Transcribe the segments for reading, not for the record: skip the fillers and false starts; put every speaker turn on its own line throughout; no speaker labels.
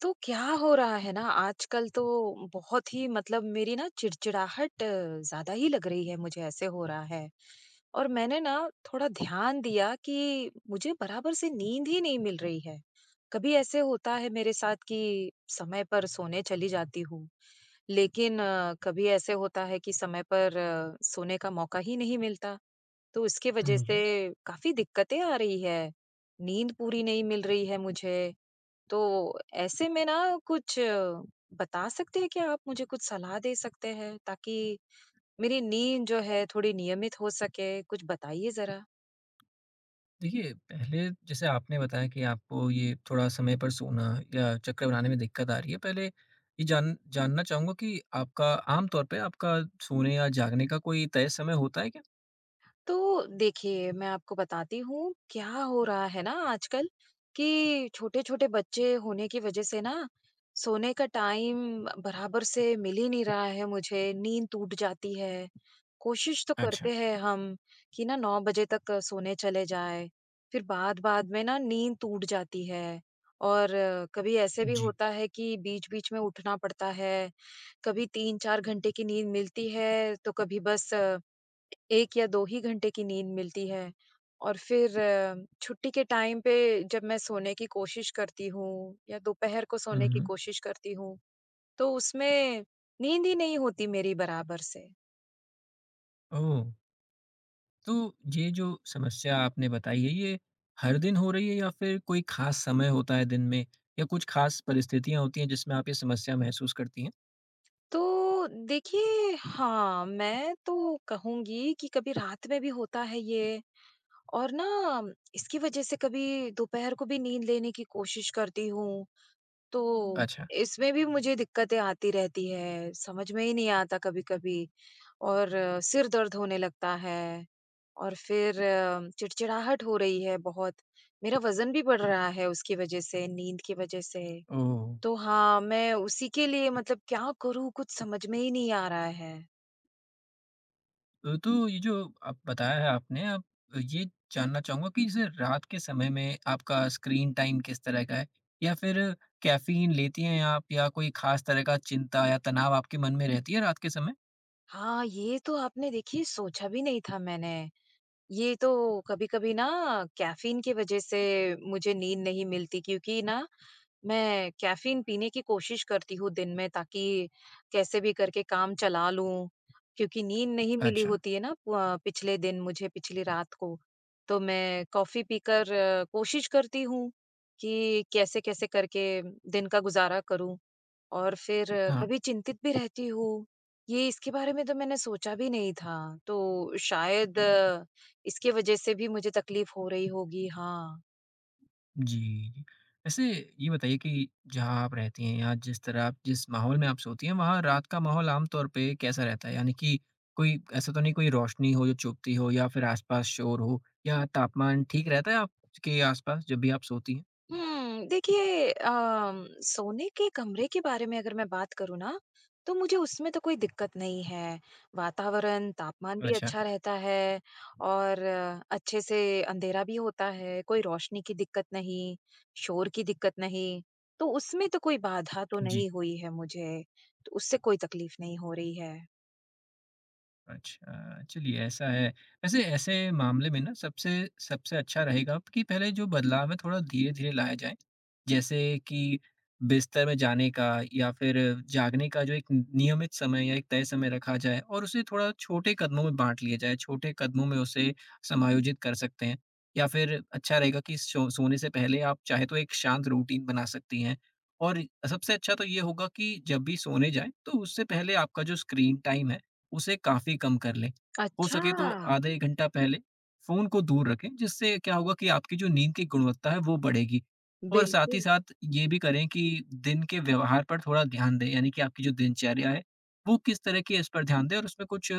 तो क्या हो रहा है ना आजकल? तो बहुत ही मतलब मेरी ना चिड़चिड़ाहट ज्यादा ही लग रही है, मुझे ऐसे हो रहा है। और मैंने ना थोड़ा ध्यान दिया कि मुझे बराबर से नींद ही नहीं मिल रही है। कभी ऐसे होता है मेरे साथ कि समय पर सोने चली जाती हूँ, लेकिन कभी ऐसे होता है कि समय पर सोने का मौका ही नहीं मिलता। तो इसके वजह
हुँ,
से
जी।
काफी दिक्कतें आ रही है, नींद पूरी नहीं मिल रही है मुझे। तो ऐसे में ना कुछ बता सकते हैं क्या? आप मुझे कुछ सलाह दे सकते हैं ताकि मेरी नींद जो है थोड़ी नियमित हो सके? कुछ बताइए ज़रा।
देखिए, पहले जैसे आपने बताया कि आपको ये थोड़ा समय पर सोना या चक्कर बनाने में दिक्कत आ रही है। पहले ये जानना चाहूँगा कि आपका आम तौर पे आपका सोने या जागने का कोई तय समय होता है क्या?
तो देखिए, मैं आपको बताती हूँ, क्या हो रहा है ना आजकल कि छोटे-छोटे बच्चे होने की वज़ह से ना, सोने का टाइम बराबर से मिल ही नहीं रहा है मुझे, नींद टूट जाती है। कोशिश तो
अच्छा।
करते हैं हम कि ना 9 बजे तक सोने चले जाएँ, फिर बाद-बाद में ना नींद टूट जाती है। और कभी ऐसे भी
जी।
होता है कि बीच-बीच में उठना पड़ता है, कभी 3-4 घंटे की नींद मिलती है, तो कभी बस 1 या 2 ही घंटे की नींद मिलती है। और फिर छुट्टी के टाइम पे जब मैं सोने की कोशिश करती हूँ या दोपहर को
हुँ,
सोने की
हुँ।
कोशिश करती हूँ, तो उसमें नींद ही नहीं होती मेरी बराबर से।
ओह! तो ये जो समस्या आपने बताई है, ये हर दिन हो रही है या फिर कोई ख़ास समय होता है दिन में या कुछ ख़ास परिस्थितियाँ होती हैं जिसमें आप ये समस्या महसूस करती हैं?
तो देखिए हाँ, मैं तो कहूँगी कि कभी रात में भी होता है ये। और ना इसकी वज़ह से कभी दोपहर को भी नींद लेने की कोशिश करती हूँ, तो
अच्छा।
इसमें भी मुझे दिक्कतें आती रहती है, समझ में ही नहीं आता कभी-कभी। और सिर दर्द होने लगता है, और फिर चिड़चिड़ाहट हो रही है बहुत। मेरा वज़न भी बढ़ रहा है उसकी वज़ह से, नींद की वज़ह से।
ओह!
तो हाँ, मैं उसी के लिए मतलब क्या करूँ कुछ समझ में ही नहीं आ रहा है।
तो ये जो आप बताया है आपने आप ये जानना चाहूँगा कि जैसे रात के समय में आपका स्क्रीन टाइम किस तरह का है? या फिर कैफ़ीन लेती हैं आप या कोई ख़ास तरह का चिंता या तनाव आपके मन में रहती है रात के समय?
हाँ, ये तो आपने देखिए सोचा भी नहीं था मैंने। ये तो कभी-कभी ना कैफ़ीन की वज़ह से मुझे नींद नहीं मिलती, क्योंकि ना मैं कैफ़ीन पीने की कोशिश करती हूँ दिन में ताकि कैसे भी करके काम चला लूँ, क्योंकि नींद नहीं मिली
अच्छा,
होती है ना पिछले दिन मुझे, पिछली रात को। तो मैं कॉफ़ी पीकर कोशिश करती हूँ कि कैसे-कैसे करके दिन का गुज़ारा करूँ। और फिर कभी चिंतित भी रहती हूँ। ये इसके बारे में तो मैंने सोचा भी नहीं था, तो शायद
हाँ।
इसके वज़ह से भी मुझे तकलीफ़ हो रही होगी। हाँ।
जी, जी। वैसे ये बताइए कि जहाँ आप रहती हैं या जिस तरह आप जिस माहौल में आप सोती हैं, वहाँ रात का माहौल आम तौर पे कैसा रहता है? यानी कि कोई ऐसा तो नहीं कोई रोशनी हो जो चुभती हो या फिर आसपास शोर हो या तापमान ठीक रहता है आपके आसपास जब भी आप सोती हैं?
हुँ, देखिए सोने के कमरे के बारे में अगर मैं बात करूँ ना, तो मुझे उसमें तो कोई दिक्कत नहीं है। वातावरण, तापमान भी
अच्छा,
अच्छा रहता है, और अच्छे से अंधेरा भी होता है, कोई रोशनी की दिक्कत नहीं, शोर की दिक्कत नहीं, तो उसमें तो कोई बाधा तो
जी।
नहीं हुई है मुझे, तो उससे कोई तकलीफ नहीं हो रही है।
अच्छा, चलिए ऐसा है। वैसे ऐसे मामले में ना सबसे सबसे अच्छा रहेगा कि पहले जो बदलाव है थोड़ा धीरे-धीरे लाया जाए। जैसे कि बिस्तर में जाने का या फिर जागने का जो एक नियमित समय या एक तय समय रखा जाए और उसे थोड़ा छोटे कदमों में बाँट लिया जाए, छोटे कदमों में उसे समायोजित कर सकते हैं। या फिर अच्छा रहेगा कि सोने से पहले आप चाहे तो एक शांत रूटीन बना सकती हैं। और सबसे अच्छा तो ये होगा कि जब भी सोने जाएँ, तो उससे पहले आपका जो स्क्रीन टाइम है उसे काफ़ी कम कर लें। हो सके तो
अच्छा!
आधा 1 घंटा पहले फ़ोन को दूर रखें, जिससे क्या होगा कि आपकी जो नींद की गुणवत्ता है वो बढ़ेगी। और साथ ही
बिल्कुल,
साथ ये भी करें कि दिन के व्यवहार पर थोड़ा ध्यान दें, यानी कि आपकी जो दिनचर्या है वो किस तरह की है इस पर ध्यान दें और उसमें कुछ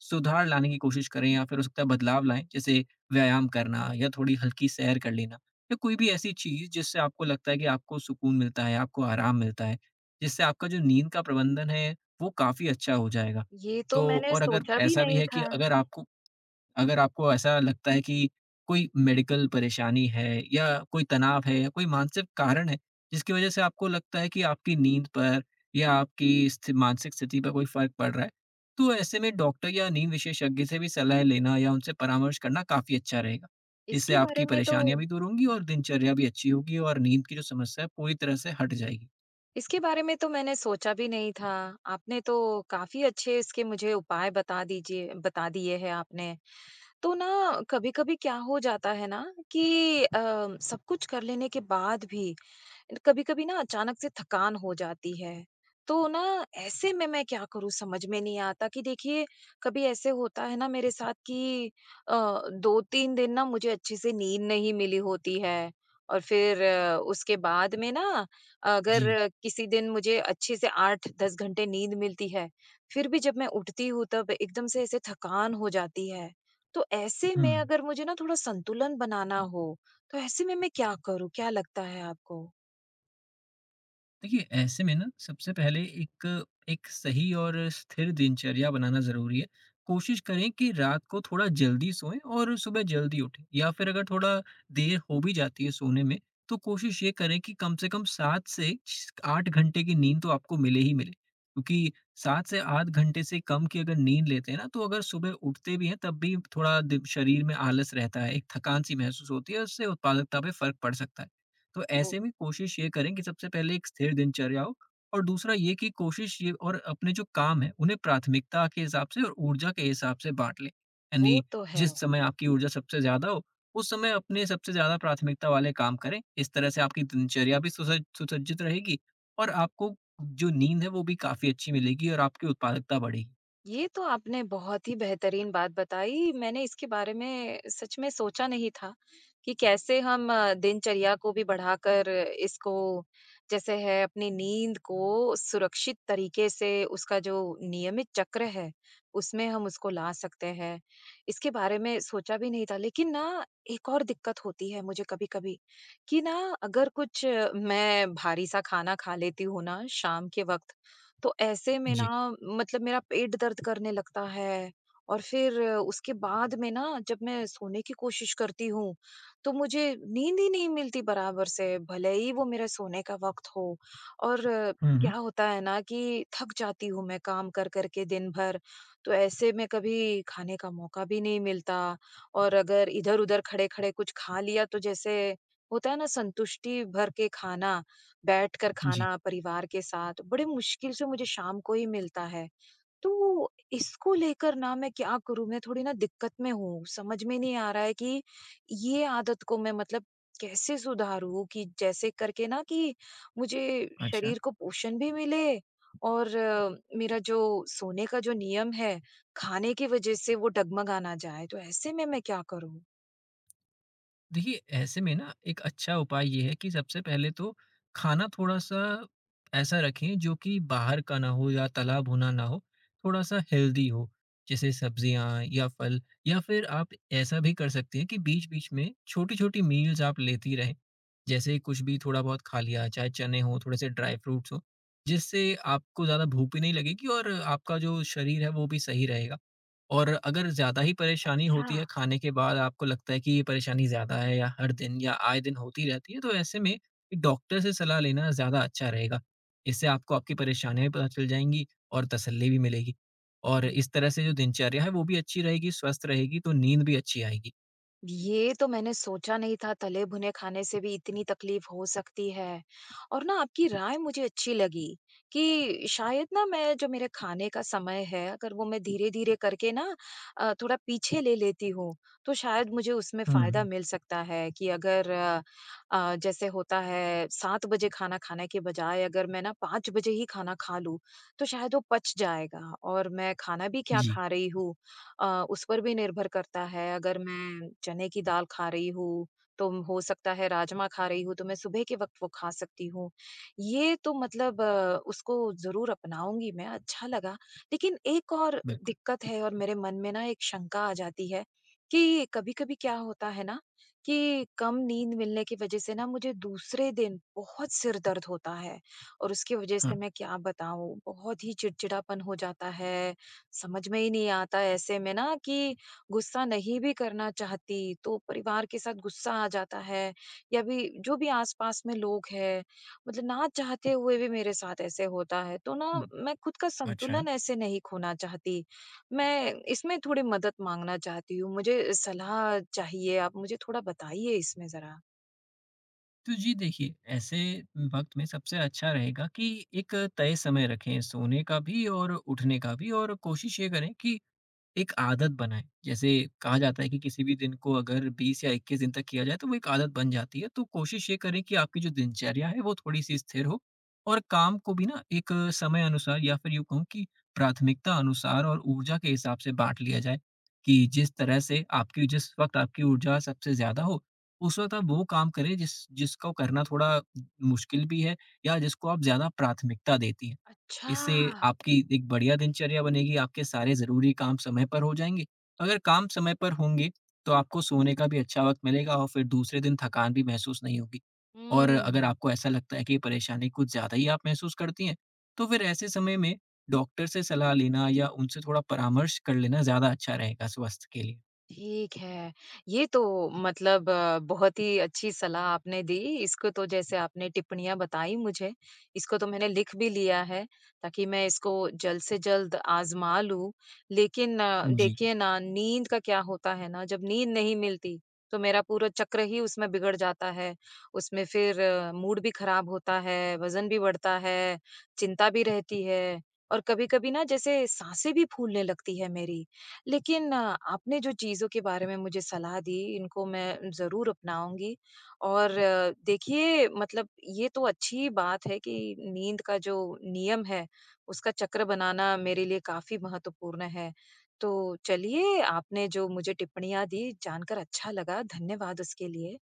सुधार लाने की कोशिश करें या फिर हो सकता है बदलाव लाएँ, जैसे व्यायाम करना या थोड़ी हल्की सैर कर लेना या कोई भी ऐसी चीज़ जिससे आपको लगता है कि आपको सुकून मिलता है, आपको आराम मिलता है, जिससे आपका जो नींद का प्रबंधन है वो काफ़ी अच्छा हो जाएगा।
ये तो
तो
मैंने
और अगर
सोचा भी
ऐसा भी
नहीं
है कि
था।
अगर आपको ऐसा लगता है कि कोई मेडिकल परेशानी है या कोई तनाव है या कोई मानसिक कारण है, जिसकी वजह से आपको लगता है कि आपकी नींद पर या आपकी स्थि मानसिक स्थिति पर कोई फ़र्क पड़ रहा है, तो ऐसे में डॉक्टर या नींद विशेषज्ञ से भी सलाह लेना या उनसे परामर्श करना काफ़ी अच्छा रहेगा। इससे
इसके बारे
आपकी
में तो
परेशानियाँ भी दूर होंगी और दिनचर्या भी अच्छी होगी और नींद की जो समस्या है पूरी तरह से हट जाएगी।
इसके बारे में तो मैंने सोचा भी नहीं था। आपने तो काफ़ी अच्छे इसके मुझे उपाय बता दिए हैं आपने। तो ना कभी-कभी क्या हो जाता है ना कि सब कुछ कर लेने के बाद भी कभी-कभी ना अचानक से थकान हो जाती है। तो ना ऐसे में मैं क्या करूँ समझ में नहीं आता कि देखिए कभी ऐसे होता है ना मेरे साथ कि अ, 2-3 दिन ना मुझे अच्छे से नींद नहीं मिली होती है। और फिर उसके बाद में ना अगर
जी।
किसी दिन मुझे अच्छे से 8-10 घंटे नींद मिलती है, फिर भी जब मैं उठती हूँ तब एकदम से ऐसे थकान हो जाती है। तो ऐसे
हुँ।
में अगर मुझे ना थोड़ा संतुलन बनाना हो, तो ऐसे में मैं क्या करूँ? क्या लगता है आपको?
देखिए, ऐसे में ना सबसे पहले एक एक सही और स्थिर दिनचर्या बनाना ज़रूरी है। कोशिश करें कि रात को थोड़ा जल्दी सोएँ और सुबह जल्दी उठें या फिर अगर थोड़ा देर हो भी जाती है सोने में, तो कोशिश ये करें कि कम से कम 7 से छ 8 घंटे की नींद तो आपको मिले ही मिले। क्योंकि 7 से 8 घंटे से कम की अगर नींद लेते हैं ना, तो अगर सुबह उठते भी हैं तब भी थोड़ा दिम शरीर में आलस रहता है, एक थकान-सी महसूस होती है, उससे उत्पादकता पे फ़र्क पड़ सकता है। तो
वो
ऐसे में कोशिश ये करें कि सबसे पहले एक स्थिर दिनचर्या हो और दूसरा ये कि कोशिश ये और अपने जो काम है उन्हें प्राथमिकता के हिसाब से और ऊर्जा के हिसाब से बांट लें,
वो
यानी
तो है।
जिस समय आपकी ऊर्जा सबसे ज्यादा हो उस समय अपने सबसे ज्यादा प्राथमिकता वाले काम करें, इस तरह से आपकी दिनचर्या भी सुसज्जित रहेगी और आपको जो नींद है वो भी काफी अच्छी मिलेगी और आपकी उत्पादकता बढ़ेगी।
ये तो आपने बहुत ही बेहतरीन बात बताई। मैंने इसके बारे में सच में सोचा नहीं था कि कैसे हम दिनचर्या को भी बढ़ाकर इसको जैसे है अपनी नींद को सुरक्षित तरीके से उसका जो नियमित चक्र है, उसमें हम उसको ला सकते हैं। इसके बारे में सोचा भी नहीं था। लेकिन ना एक और दिक्कत होती है मुझे कभी-कभी कि ना अगर कुछ मैं भारी सा खाना खा लेती हूँ ना शाम के वक़्त, तो ऐसे में ना
जी।
मतलब मेरा पेट दर्द करने लगता है। और फिर उसके बाद में ना जब मैं सोने की कोशिश करती हूँ तो मुझे नींद ही नहीं मिलती बराबर से, भले ही वो मेरा सोने का वक्त हो। और
हम्म,
क्या होता है ना कि थक जाती हूँ मैं काम कर कर के दिन भर, तो ऐसे में कभी खाने का मौका भी नहीं मिलता। और अगर इधर उधर खड़े खड़े कुछ खा लिया तो जैसे होता है ना संतुष्टि भर के खाना, बैठकर
जी।
खाना परिवार के साथ बड़े मुश्किल से मुझे शाम को ही मिलता है। तो इसको लेकर ना मैं क्या करूँ? मैं थोड़ी ना दिक्कत में हूँ, समझ में नहीं आ रहा है कि ये आदत को मैं मतलब कैसे सुधारूँ कि जैसे करके ना कि मुझे
अच्छा।
शरीर को पोषण भी मिले और मेरा जो सोने का जो नियम है, खाने की वज़ह से वो डगमगा ना जाए। तो ऐसे में मैं क्या करूँ?
देखिए, ऐसे में ना एक अच्छा उपाय ये है कि सबसे पहले तो खाना थोड़ा-सा ऐसा रखें जो कि बाहर का ना हो या तला-भुना ना हो, थोड़ा-सा हेल्दी हो। जैसे सब्जियाँ या फल या फिर आप ऐसा भी कर सकती हैं कि बीच-बीच में छोटी-छोटी मील्स आप लेती रहें। जैसे कुछ भी थोड़ा बहुत खा लिया, चाहे चने हों, थोड़े से ड्राई फ्रूट्स हों, जिससे आपको ज़्यादा भूख भी नहीं लगेगी और आपका जो शरीर है वो भी सही रहेगा। और अगर ज़्यादा ही परेशानी
अच्छा।
होती है खाने के बाद, आपको लगता है कि ये परेशानी ज़्यादा है या हर दिन या आए दिन होती रहती है, तो ऐसे में एक डॉक्टर से सलाह लेना ज़्यादा अच्छा रहेगा। इससे आपको आपकी परेशानियाँ भी पता चल जाएँगी और तसल्ली भी मिलेगी। और इस तरह से जो दिनचर्या है वो भी अच्छी रहेगी, स्वस्थ रहेगी, तो नींद भी अच्छी आएगी।
ये तो मैंने सोचा नहीं था तले भुने खाने से भी इतनी तकलीफ हो सकती है, और ना आपकी राय मुझे अच्छी लगी कि शायद ना मैं जो मेरे खाने का समय है अगर वो मैं धीरे धीरे करके ना थोड़ा पीछे ले लेती हूँ, तो शायद मुझे उसमें फायदा
हुँ।
मिल सकता है। कि अगर जैसे होता है 7 बजे खाना खाने के बजाय अगर मैं ना 5 बजे ही खाना खा लूँ तो शायद वो पच जाएगा। और मैं खाना भी क्या
जी।
खा रही हूँ उस पर भी निर्भर करता है। अगर मैं चने की दाल खा रही हूँ, तो हो सकता है राजमा खा रही हूँ, तो मैं सुबह के वक़्त वो खा सकती हूँ। ये तो मतलब उसको ज़रूर अपनाऊँगी मैं, अच्छा लगा। लेकिन एक और
बिल्कुल।
दिक्कत है और मेरे मन में ना एक शंका आ जाती है कि कभी-कभी क्या होता है ना कि कम नींद मिलने की वज़ह से ना मुझे दूसरे दिन बहुत सिर दर्द होता है, और उसकी वज़ह से
हाँ।
मैं क्या बताऊँ, बहुत ही चिड़चिड़ापन हो जाता है। समझ में ही नहीं आता ऐसे में ना कि गुस्सा नहीं भी करना चाहती तो परिवार के साथ गुस्सा आ जाता है, या भी जो भी आसपास में लोग हैं, मतलब ना चाहते हुए भी मेरे साथ ऐसे होता है। तो ना
हुँ।
मैं खुद का
अच्छा।
संतुलन ऐसे नहीं खोना चाहती, मैं इसमें थोड़ी मदद मांगना चाहती हूँ। मुझे सलाह चाहिए, आप मुझे थोड़ा बताइए इसमें जरा।
तो जी देखिए, ऐसे वक़्त में सबसे अच्छा रहेगा कि एक तय समय रखें सोने का भी और उठने का भी और कोशिश ये करें कि एक आदत बनाएँ। जैसे कहा जाता है कि किसी भी दिन को अगर 20 या 21 दिन तक किया जाए तो वो एक आदत बन जाती है। तो कोशिश ये करें कि आपकी जो दिनचर्या है वो थोड़ी-सी स्थिर हो और काम को भी ना एक समय अनुसार या फिर यूँ कहूँ कि प्राथमिकता अनुसार और ऊर्जा के हिसाब से बाँट लिया जाए। कि जिस तरह से आपकी जिस वक़्त आपकी ऊर्जा सबसे ज़्यादा हो, उस वक़्त आप वो काम करें जिसको करना थोड़ा मुश्किल भी है या जिसको आप ज़्यादा प्राथमिकता देती हैं।
अच्छा।
इससे आपकी एक बढ़िया दिनचर्या बनेगी, आपके सारे ज़रूरी काम समय पर हो जाएँगे। अगर काम समय पर होंगे, तो आपको सोने का भी अच्छा वक़्त मिलेगा और फिर दूसरे दिन थकान भी महसूस नहीं होगी। और
हम्म।
अगर आपको ऐसा लगता है कि ये परेशानी कुछ ज़्यादा ही आप महसूस करती हैं, तो फिर ऐसे समय में डॉक्टर से सलाह लेना या उनसे थोड़ा परामर्श कर लेना ज़्यादा अच्छा रहेगा स्वास्थ्य के लिए।
ठीक है। ये तो मतलब बहुत ही अच्छी सलाह आपने दी। इसको तो जैसे आपने टिप्पणियाँ बताई मुझे, इसको तो मैंने लिख भी लिया है ताकि मैं इसको जल्द से जल्द आज़मा लूँ। लेकिन
जी।
देखिए ना, नींद का क्या होता है ना, जब नींद नहीं मिलती तो मेरा पूरा चक्र ही उसमें बिगड़ जाता है। उसमें फिर मूड भी खराब होता है, वज़न भी बढ़ता है, चिंता भी रहती है, और कभी-कभी ना जैसे साँसें भी फूलने लगती है मेरी। लेकिन आपने जो चीज़ों के बारे में मुझे सलाह दी इनको मैं ज़रूर अपनाऊँगी, और देखिए मतलब ये तो अच्छी बात है कि नींद का जो नियम है उसका चक्र बनाना मेरे लिए काफ़ी महत्वपूर्ण है। तो चलिए, आपने जो मुझे टिप्पणियाँ दी जानकर अच्छा लगा, धन्यवाद उसके लिए।